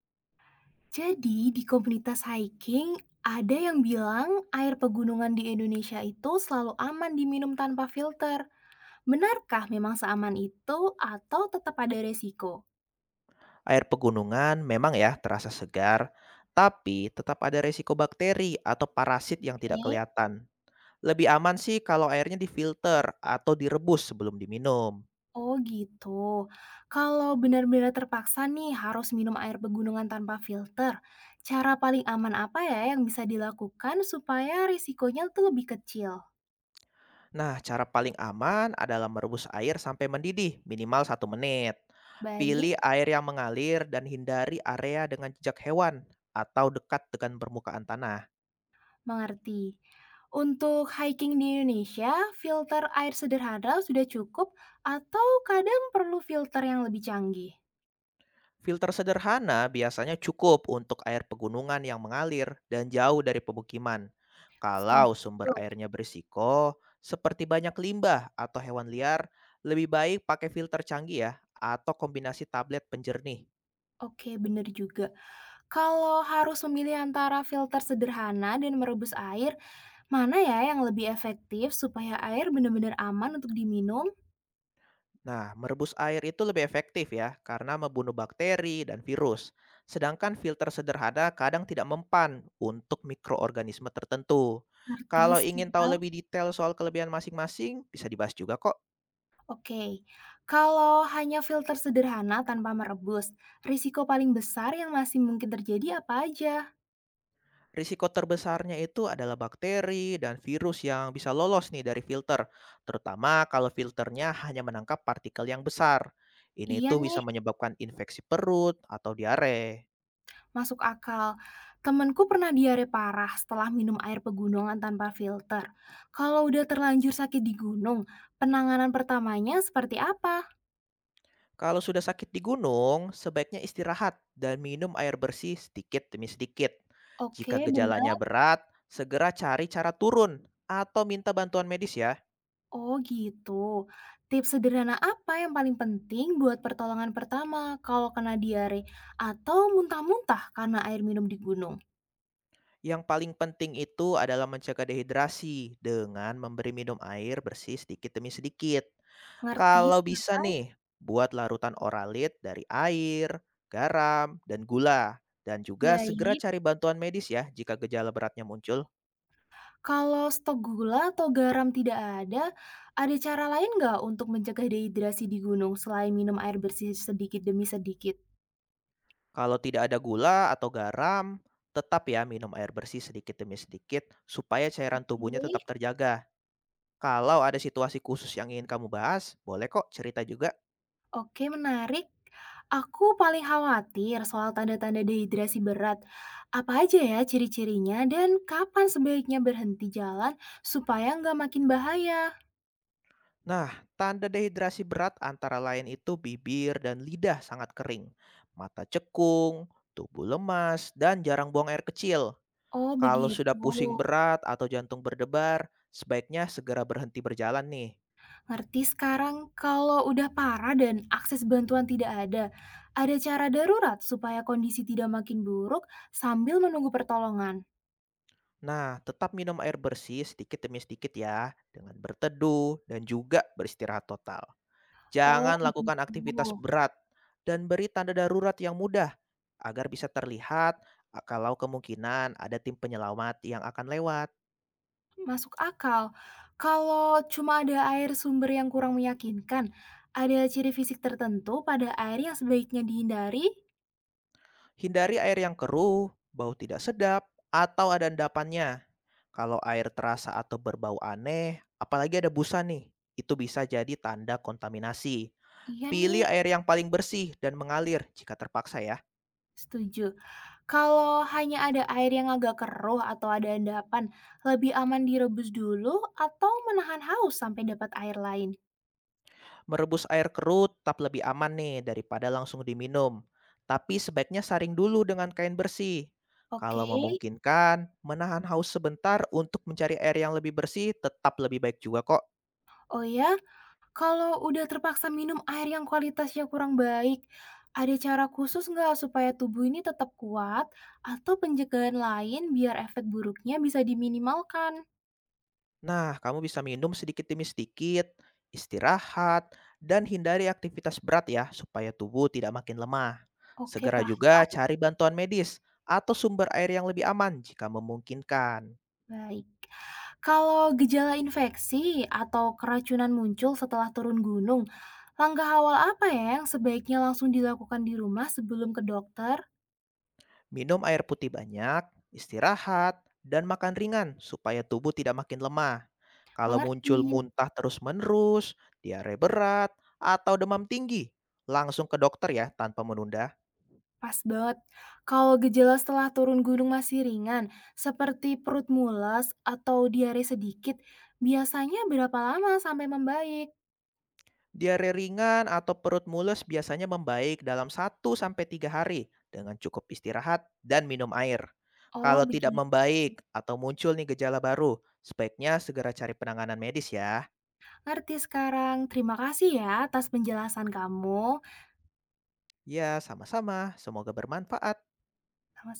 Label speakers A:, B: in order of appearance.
A: Jadi di komunitas hiking, ada yang bilang air pegunungan di Indonesia itu selalu aman diminum tanpa filter. Benarkah memang seaman itu atau tetap ada resiko?
B: Air pegunungan memang ya terasa segar, tapi tetap ada resiko bakteri atau parasit yang tidak
A: Eh,
B: kelihatan. Lebih aman sih kalau airnya difilter atau direbus sebelum diminum.
A: oh gitu. Kalau benar-benar terpaksa nih harus minum air pegunungan tanpa filter, cara paling aman apa ya yang bisa dilakukan supaya risikonya tuh lebih kecil?
B: Nah, cara paling aman adalah merebus air sampai mendidih, minimal 1 menit. Pilih
A: Baik,
B: air yang mengalir dan hindari area dengan jejak hewan atau dekat dengan permukaan tanah.
A: mengerti. Untuk hiking di Indonesia, filter air sederhana sudah cukup atau kadang perlu filter yang lebih canggih?
B: Filter sederhana biasanya cukup untuk air pegunungan yang mengalir dan jauh dari pemukiman. Kalau
A: Setuju.
B: sumber airnya berisiko, seperti banyak limbah atau hewan liar, lebih baik pakai filter canggih ya, atau kombinasi tablet penjernih.
A: Oke, bener juga. Kalau harus memilih antara filter sederhana dan merebus air, mana ya yang lebih efektif supaya air benar-benar aman untuk diminum?
B: Nah, merebus air itu lebih efektif ya, karena membunuh bakteri dan virus. Sedangkan filter sederhana kadang tidak mempan untuk mikroorganisme tertentu.
A: Ngerti
B: Kalau ingin tahu
A: sekarang?
B: lebih detail soal kelebihan masing-masing, bisa dibahas juga kok.
A: Oke. Kalau hanya filter sederhana tanpa merebus, risiko paling besar yang masih mungkin terjadi apa aja?
B: Risiko terbesarnya itu adalah bakteri dan virus yang bisa lolos nih dari filter, terutama kalau filternya hanya menangkap partikel yang besar. Ini
A: Iya
B: tuh
A: nih,
B: bisa menyebabkan infeksi perut atau diare.
A: masuk akal. Temenku pernah diare parah setelah minum air pegunungan tanpa filter. Kalau udah terlanjur sakit di gunung, penanganan pertamanya seperti apa?
B: Kalau sudah sakit di gunung, sebaiknya istirahat dan minum air bersih sedikit demi sedikit.
A: Oke,
B: Jika gejalanya
A: benar.
B: berat, segera cari cara turun atau minta bantuan medis ya.
A: Oh gitu. Tips sederhana apa yang paling penting buat pertolongan pertama kalau kena diare atau muntah-muntah karena air minum di gunung?
B: Yang paling penting itu adalah mencegah dehidrasi dengan memberi minum air bersih sedikit demi sedikit.
A: Ngerti,
B: Kalau bisa
A: sangat
B: nih, buat larutan oralit dari air, garam, dan gula. Dan juga segera
A: baik.
B: cari bantuan medis ya jika gejala beratnya muncul.
A: Kalau stok gula atau garam tidak ada, ada cara lain nggak untuk mencegah dehidrasi di gunung selain minum air bersih sedikit demi sedikit?
B: Kalau tidak ada gula atau garam, tetap ya minum air bersih sedikit demi sedikit supaya cairan tubuhnya tetap
A: Oke,
B: terjaga. Kalau ada situasi khusus yang ingin kamu bahas, boleh kok cerita juga.
A: oke menarik. Aku paling khawatir soal tanda-tanda dehidrasi berat. Apa aja ya ciri-cirinya dan kapan sebaiknya berhenti jalan supaya nggak makin bahaya?
B: Nah, tanda dehidrasi berat antara lain itu bibir dan lidah sangat kering, mata cekung, tubuh lemas, dan jarang buang air kecil.
A: Oh,
B: Kalau sudah
A: begitu.
B: pusing berat atau jantung berdebar, sebaiknya segera berhenti berjalan nih.
A: Ngerti sekarang kalau udah parah dan akses bantuan tidak ada, ada cara darurat supaya kondisi tidak makin buruk sambil menunggu pertolongan.
B: Nah, tetap minum air bersih sedikit demi sedikit ya, dengan berteduh dan juga beristirahat total.
A: Oh,
B: Jangan lakukan aktivitas
A: begitu.
B: berat dan beri tanda darurat yang mudah agar bisa terlihat kalau kemungkinan ada tim penyelamat yang akan lewat.
A: Masuk akal. Kalau cuma ada air sumber yang kurang meyakinkan, ada ciri fisik tertentu pada air yang sebaiknya dihindari?
B: Hindari air yang keruh, bau tidak sedap, atau ada endapannya. Kalau air terasa atau berbau aneh, apalagi ada busa nih, itu bisa jadi tanda kontaminasi.
A: Iya nih,
B: Pilih air yang paling bersih dan mengalir jika terpaksa ya.
A: setuju. Kalau hanya ada air yang agak keruh atau ada endapan, lebih aman direbus dulu atau menahan haus sampai dapat air lain.
B: Merebus air kerut tetap lebih aman nih daripada langsung diminum. Tapi sebaiknya saring dulu dengan kain bersih.
A: Oke.
B: Kalau memungkinkan, menahan haus sebentar untuk mencari air yang lebih bersih tetap lebih baik juga kok.
A: Oh ya? Kalau udah terpaksa minum air yang kualitasnya kurang baik, ada cara khusus nggak supaya tubuh ini tetap kuat atau pencegahan lain biar efek buruknya bisa diminimalkan?
B: Nah, kamu bisa minum sedikit demi sedikit, istirahat, dan hindari aktivitas berat ya, supaya tubuh tidak makin lemah.
A: Oke,
B: Segera
A: pak,
B: juga cari bantuan medis atau sumber air yang lebih aman jika memungkinkan.
A: baik. Kalau gejala infeksi atau keracunan muncul setelah turun gunung, langkah awal apa ya yang sebaiknya langsung dilakukan di rumah sebelum ke dokter?
B: Minum air putih banyak, istirahat, dan makan ringan supaya tubuh tidak makin lemah. Kalau muncul
A: Mengerti.
B: muntah terus-menerus, diare berat, atau demam tinggi, langsung ke dokter ya tanpa menunda.
A: Pas banget. Kalau gejala setelah turun gunung masih ringan, seperti perut mules atau diare sedikit, biasanya berapa lama sampai membaik?
B: Diare ringan atau perut mules biasanya membaik dalam 1 sampai 3 hari dengan cukup istirahat dan minum air.
A: Oh,
B: Kalau tidak
A: begitu.
B: membaik atau muncul nih gejala baru, sebaiknya segera cari penanganan medis ya.
A: Ngerti sekarang. Terima kasih ya atas penjelasan kamu.
B: Ya, sama-sama. Semoga bermanfaat.
A: Sama.